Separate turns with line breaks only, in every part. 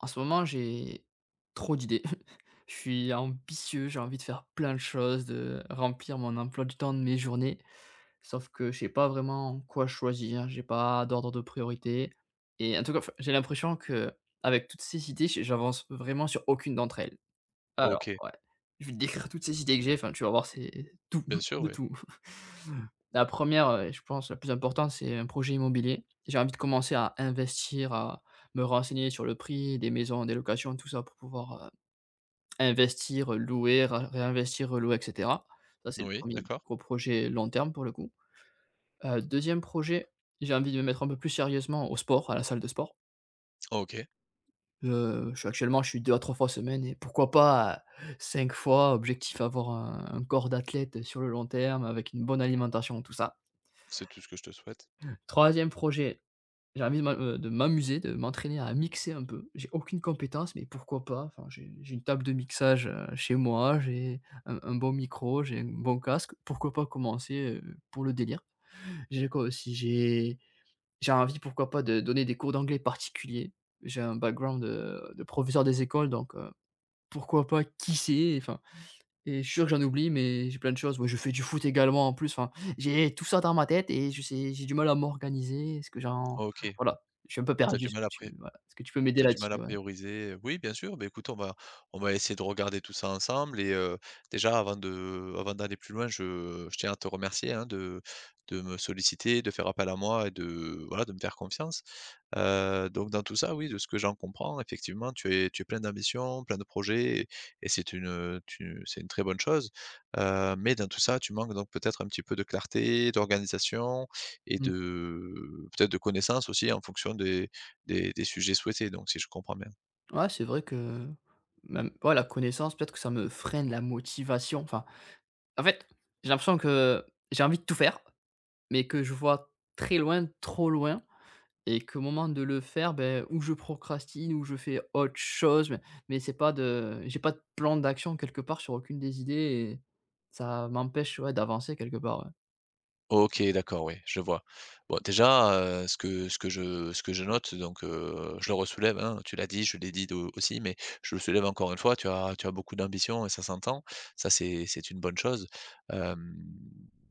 En ce moment, j'ai trop d'idées. Je suis ambitieux, j'ai envie de faire plein de choses, de remplir mon emploi du temps de mes journées. Sauf que je sais pas vraiment quoi choisir, j'ai pas d'ordre de priorité. Et en tout cas, enfin, j'ai l'impression que, avec toutes ces idées, j'avance vraiment sur aucune d'entre elles. Alors,
OK,
ouais, je vais te décrire toutes ces idées que j'ai, enfin, tu vas voir, c'est tout,
bien sûr,
de
oui.
tout. La première, re je pense la plus importante, c'est un projet immobilier. J'ai envie de commencer à investir, à me renseigner sur le prix des maisons, des locations, tout ça pour pouvoir, investir, louer, ra réinvestir, relouer et cetera. Ça, c'est le
Oui,
premier
d'accord.
gros projet long terme pour le coup. 2e projet, j'ai envie de me mettre un peu plus sérieusement au sport, à la salle de sport.
OK,
Je suis actuellement, je suis 2 à 3 fois semaine et pourquoi pas, 5 fois. Objectif avoir un corps d'athlète sur le long terme avec une bonne alimentation, tout ça.
c'est tout ce que je te souhaite.
Troisième projet, j'ai envie de m'a de m'amuser, de m'entraîner à mixer un peu. J'ai aucune compétence, mais pourquoi pas? Enfin, j'ai une table de mixage, chez moi, j'ai un bon micro, j'ai un bon casque. Pourquoi pas commencer, pour le délire? J'ai quoi aussi? J'ai envie, pourquoi pas, de donner des cours d'anglais particuliers. J'ai un background, de professeur des écoles donc pourquoi pas, qui c'est? Enfin et je suis sûr que j'en oublie, mais j'ai plein de choses. Moi, je fais du foot également en plus, enfin, j'ai tout ça dans ma tête et je sais j'ai du mal à m'organiser. Est-ce que j'en
OK,
Voilà, je suis un peu
t'as
perdu.
du
Est-ce
mal
que
à
tu
pré
Voilà, est-ce que tu peux m'aider
tu du mal à
là-dessus? Ouais.
prioriser, oui, bien sûr, beh, écoute, on va essayer de regarder tout ça ensemble et déjà avant d'aller plus loin, je tiens à te remercier, hein, de me solliciter, de faire appel à moi et de voilà, de me faire confiance. Donc dans tout ça, oui, de ce que j'en comprends, effectivement, tu es plein d'ambition, plein de projets et et c'est une, tu c'est une très bonne chose. Mais dans tout ça, tu manques donc peut-être un petit peu de clarté, d'organisation et
Mmh.
de peut-être de connaissances aussi en fonction des des sujets souhaités, donc si je comprends bien.
Ouais, c'est vrai que même ouais, la connaissance, peut-être que ça me freine la motivation. Enfin, en fait, j'ai l'impression que j'ai envie de tout faire, mais que je vois très loin, trop loin. Et qu'au moment de le faire, ben ou je procrastine ou je fais autre chose, mais c'est pas de j'ai pas de plan d'action quelque part sur aucune des idées et ça m'empêche, ouais, d'avancer quelque part, ouais.
OK, d'accord, oui, je vois. Bon, déjà, ce que je note donc je le ressoulève, hein, tu l'as dit, je l'ai dit de aussi, mais je le soulève encore une fois, tu as beaucoup d'ambition et ça s'entend. Ça, c'est une bonne chose. Hem,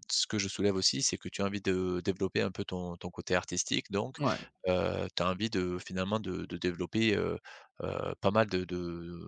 Ce que je soulève aussi, c'est que tu as envie de développer un peu ton côté artistique donc,
Ouais.
tu as envie de finalement de développer, pas mal de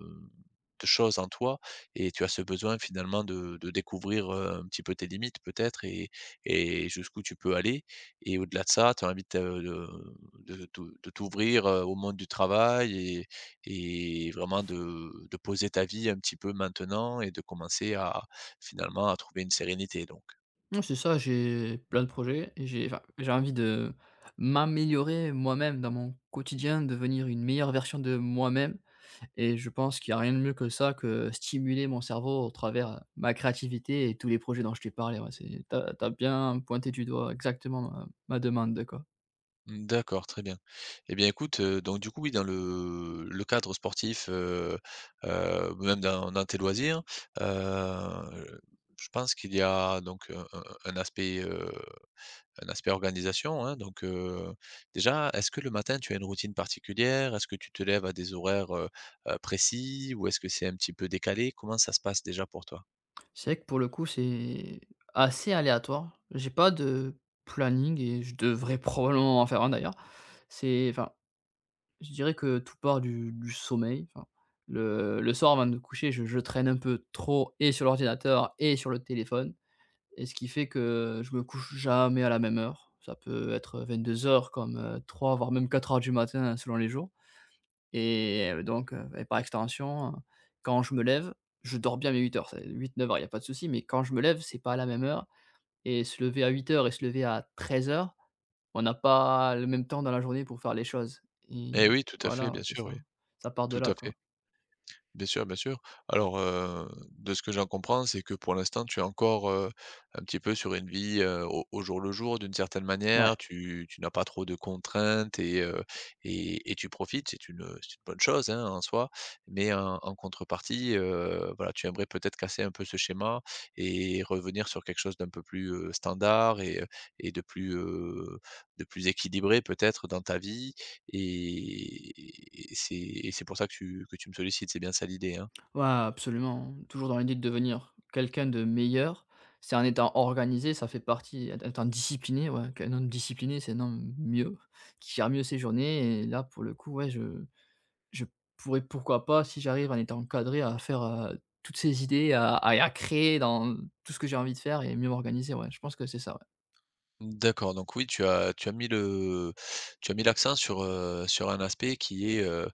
choses en toi et tu as ce besoin finalement de découvrir, un petit peu tes limites peut-être et jusqu'où tu peux aller. Et au-delà de ça, tu as envie de te de t'ouvrir, au monde du travail et vraiment de poser ta vie un petit peu maintenant et de commencer à finalement à trouver une sérénité donc.
Non, c'est ça, j'ai plein de projets et j'ai enfin, j'ai envie de m'améliorer moi-même dans mon quotidien, devenir une meilleure version de moi-même et je pense qu'il y a rien de mieux que ça, que stimuler mon cerveau au travers, ma créativité et tous les projets dont je t'ai parlé, ouais, c'est tu as bien pointé du doigt exactement ma demande, quoi.
Mmh, d'accord, très bien. Et bien écoute, donc du coup, oui, dans le cadre sportif, même dans tes loisirs, heu, je pense qu'il y a donc un aspect organisation, hein, donc déjà, est-ce que le matin, tu as une routine particulière? Est-ce que tu te lèves à des horaires, précis ou est-ce que c'est un petit peu décalé? Comment ça se passe déjà pour toi?
C'est vrai que pour le coup, c'est assez aléatoire. J'ai pas de planning et je devrais probablement en faire un d'ailleurs. C'est enfin, je dirais que tout part du sommeil. Enfin, le soir avant de me coucher, je traîne un peu trop et sur l'ordinateur et sur le téléphone et ce qui fait que je me couche jamais à la même heure. Ça peut être 22 heures comme, 3 voire même 4 heures du matin selon les jours et donc et par extension, quand je me lève, je dors bien mes 8 heures, 8, 9 heures, il y a pas de souci, mais quand je me lève, c'est pas à la même heure et se lever à 8 heures et se lever à 13 heures, on n'a pas le même temps dans la journée pour faire les choses et
Eh oui, tout à fait,
voilà, ouais,
bien
c'est
sûr, oui.
ça. Ça part de
Tout à
là,
fait.
quoi.
Bien sûr, bien sûr. Alors, de ce que j'en comprends, c'est que pour l'instant, tu es encore, un petit peu sur une vie, au jour le jour d'une certaine
Ouais.
manière. Tu n'as pas trop de contraintes et tu profites. C'est une bonne chose, hein, en soi. Mais en contrepartie, voilà, tu aimerais peut-être casser un peu ce schéma et revenir sur quelque chose d'un peu plus, standard et de plus équilibré peut-être dans ta vie. Et c'est c'est pour ça que tu me sollicites, c'est bien ça l'idée, hein?
Ouais, absolument, toujours dans l'idée de devenir quelqu'un de meilleur. C'est un étant organisé, ça fait partie être étant discipliné, ouais, qu'un homme discipliné, c'est un homme mieux, qui gère mieux ses journées et là, pour le coup, ouais, je pourrais, pourquoi pas, si j'arrive en étant encadré, à faire, toutes ces idées, à créer dans tout ce que j'ai envie de faire et mieux m'organiser, ouais, je pense que c'est ça, ouais.
D'accord, donc oui, tu as mis le tu as mis l'accent sur, sur un aspect qui est, heu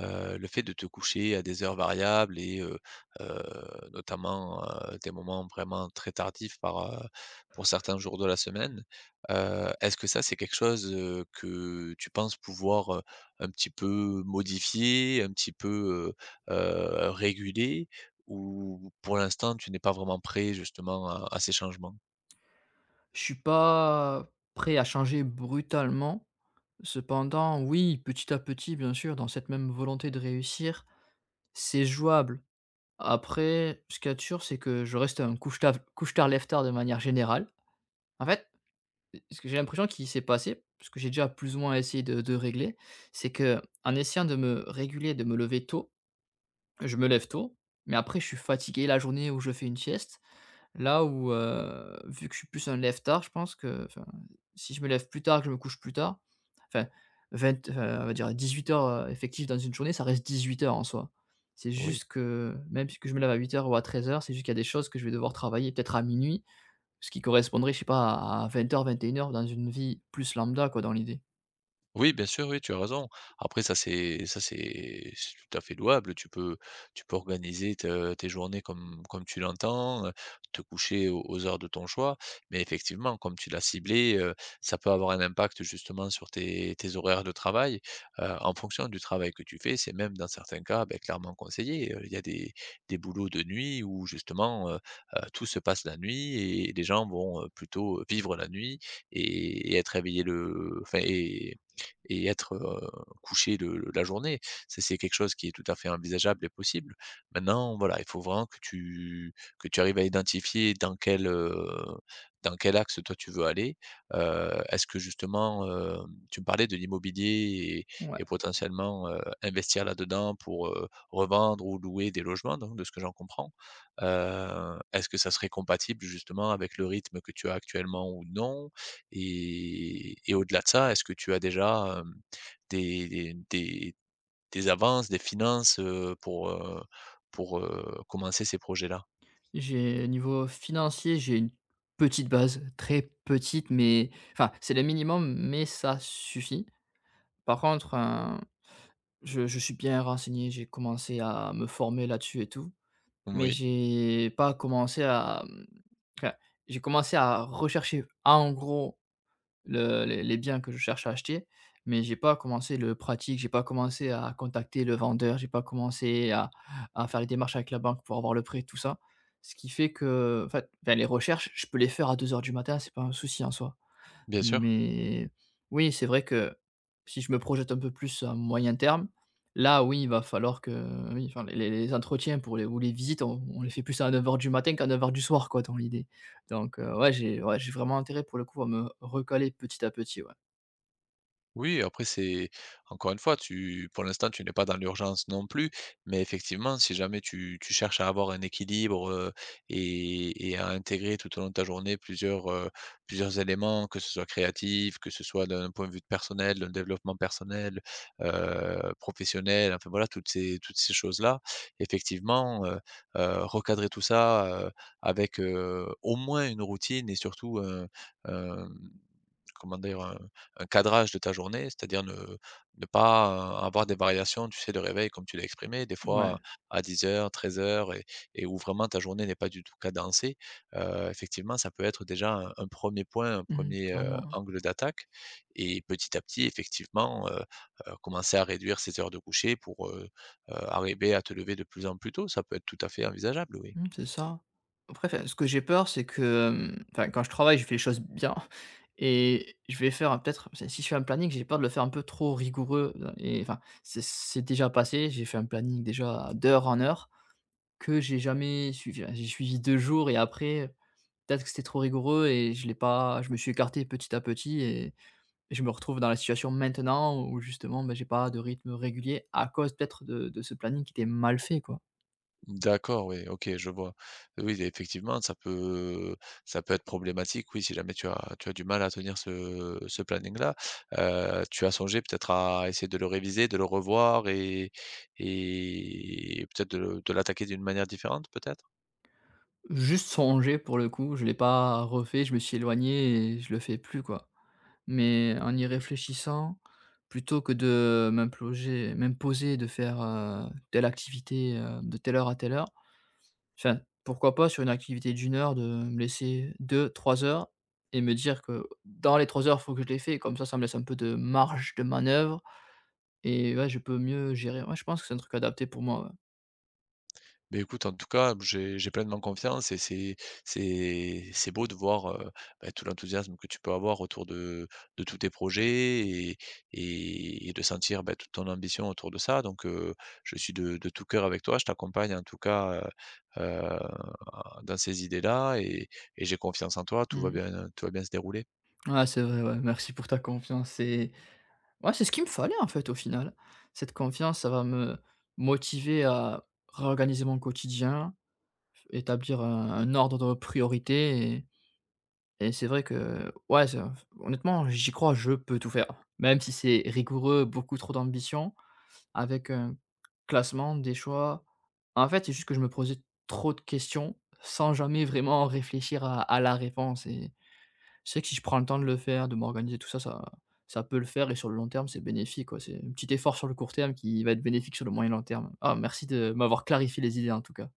heu, le fait de te coucher à des heures variables et heu, notamment, des moments vraiment très tardifs par, pour certains jours de la semaine. Est-ce que ça, c'est quelque chose, que tu penses pouvoir, un petit peu modifier, un petit peu, réguler? Ou pour l'instant, tu n'es pas vraiment prêt justement à ces changements?
Je suis pas prêt à changer brutalement. Cependant, oui, petit à petit, bien sûr, dans cette même volonté de réussir, c'est jouable. Après, ce qu'il y a de sûr, c'est que je reste un couche-tard-lève-tard de manière générale. En fait, ce que j'ai l'impression qui s'est passé, ce que j'ai déjà plus ou moins essayé de régler, c'est que qu'en essayant de me réguler, de me lever tôt, je me lève tôt, mais après je suis fatigué la journée où je fais une sieste. Là où, vu que je suis plus un lève-tard, je pense que enfin, si je me lève plus tard, que je me couche plus tard, enfin 20 on va dire 18h, effectives dans une journée, ça reste 18 heures en soi. C'est
Oui.
juste que même puisque je me lève à 8 heures ou à 13 heures, c'est juste qu'il y a des choses que je vais devoir travailler peut-être à minuit, ce qui correspondrait, je sais pas, à 2000 heures dans une vie plus lambda quoi, dans l'idée.
Oui, bien sûr, oui, tu as raison. Après, c'est tout à fait louable. Tu peux organiser tes journées comme, comme tu l'entends, te coucher aux heures de ton choix. Mais effectivement, comme tu l'as ciblé, ça peut avoir un impact justement sur tes horaires de travail. En fonction du travail que tu fais, c'est même dans certains cas ben, clairement conseillé. Il y a des boulots de nuit où justement tout se passe la nuit et les gens vont plutôt vivre la nuit et être réveillés et être, couché la journée. Ça, c'est quelque chose qui est tout à fait envisageable et possible. Maintenant, voilà, il faut vraiment que tu arrives à identifier dans quel axe toi tu veux aller. Est-ce que justement, tu me parlais de l'immobilier
Ouais.
et potentiellement, investir là-dedans pour, revendre ou louer des logements donc de ce que j'en comprends. Est-ce que ça serait compatible justement avec le rythme que tu as actuellement ou non? Et au-delà de ça, est-ce que tu as déjà, hem, des des des des avances, des finances, pour, commencer ces projets-là?
J'ai niveau financier, j'ai une petite base, très petite, mais enfin, c'est le minimum, mais ça suffit. Par contre, je suis bien renseigné, j'ai commencé à me former là-dessus et tout, mais
Oui,
j'ai pas commencé à, enfin, j'ai commencé à rechercher en gros le les biens que je cherche à acheter, mais j'ai pas commencé le pratique, j'ai pas commencé à contacter le vendeur, j'ai pas commencé à faire les démarches avec la banque pour avoir le prêt, tout ça. Ce qui fait que, en fait, bah, les recherches, je peux les faire à 2 heures du matin, c'est pas un souci en soi.
bien sûr.
Mais oui, c'est vrai que si je me projette un peu plus à moyen terme, là oui, il va falloir que oui, enfin les entretiens pour les ou les visites, on les fait plus à 9 heures du matin qu'à 9 heures du soir quoi, dans l'idée. Donc ouais, j'ai vraiment intérêt pour le coup à me recaler petit à petit, ouais.
Oui, après c'est encore une fois, tu pour l'instant, tu n'es pas dans l'urgence non plus, mais effectivement, si jamais tu cherches à avoir un équilibre, et à intégrer tout au long de ta journée plusieurs, plusieurs éléments, que ce soit créatif, que ce soit d'un point de vue de personnel, d'un développement personnel, professionnel, enfin voilà, toutes ces choses-là, effectivement, recadrer tout ça, avec, au moins une routine et surtout un comment dire? Un cadrage de ta journée, c'est-à-dire ne pas, avoir des variations, tu sais, de réveil comme tu l'as exprimé, des
Ouais.
fois à 10:00, 13:00 et où vraiment ta journée n'est pas du tout cadencée. Effectivement, ça peut être déjà un 1 point, un
Mmh,
premier er
clairement, ouais.
angle d'attaque et petit à petit, effectivement, commencer à réduire ses heures de coucher pour, arriver à te lever de plus en plus tôt. Ça peut être tout à fait envisageable, oui.
Mmh, c'est ça. Après, enfin, ce que j'ai peur, c'est que, enfin, quand je travaille, je fais les choses bien et je vais faire, peut-être si je fais un planning, j'ai peur de le faire un peu trop rigoureux, et enfin, c'est déjà passé, j'ai fait un planning déjà d'heure en heure que j'ai jamais suivi. Enfin, j'ai suivi 2 jours et après, peut-être que c'était trop rigoureux et je l'ai pas je me suis écarté petit à petit et je me retrouve dans la situation maintenant où justement, ben, j'ai pas de rythme régulier à cause peut-être de ce planning qui était mal fait, quoi.
D'accord, oui, OK, je vois. Oui, effectivement, ça peut être problématique, oui, si jamais tu as du mal à tenir ce planning-là. Tu as songé peut-être à essayer de le réviser, de le revoir et peut-être de l'attaquer d'une manière différente, peut-être?
Juste songer pour le coup, je l'ai pas refait, je me suis éloigné et je le fais plus quoi. Mais en y réfléchissant, plutôt que de m'imposer de faire, telle activité, de telle heure à telle heure, enfin, pourquoi pas sur une activité d'une heure de me laisser deux trois heures et me dire que dans les trois heures, il faut que je l'ai fait. Comme ça me laisse un peu de marge de manœuvre et ouais, je peux mieux gérer. Ouais, je pense que c'est un truc adapté pour moi, ouais.
Mais écoute, en tout cas, j'ai pleinement confiance et c'est beau de voir, bah, tout l'enthousiasme que tu peux avoir autour de tous tes projets et et de sentir, bah, toute ton ambition autour de ça donc je suis de tout cœur avec toi. Je t'accompagne en tout cas, heu heu, dans ces idées-là et j'ai confiance en toi.
Mmh mh.
Tout va bien se dérouler.
Ouais, c'est vrai, ouais. Merci pour ta confiance et, ouais, c'est ce qu'il me fallait en fait au final. Cette confiance, ça va me motiver à réorganiser mon quotidien, établir un ordre de priorité et c'est vrai que, ouais, ça- honnêtement, j'y crois, je peux tout faire. Même si c'est rigoureux, beaucoup trop d'ambition, avec un classement, des choix. En fait, c'est juste que je me posais trop de questions sans jamais vraiment réfléchir à, la réponse. C'est sais que si je prends le temps de le faire, de m'organiser, tout ça, ça peut le faire et sur le long terme, c'est bénéfique, quoi. C'est un petit effort sur le court terme qui va être bénéfique sur le moyen et long terme. Ah merci de m'avoir clarifié les idées en tout cas.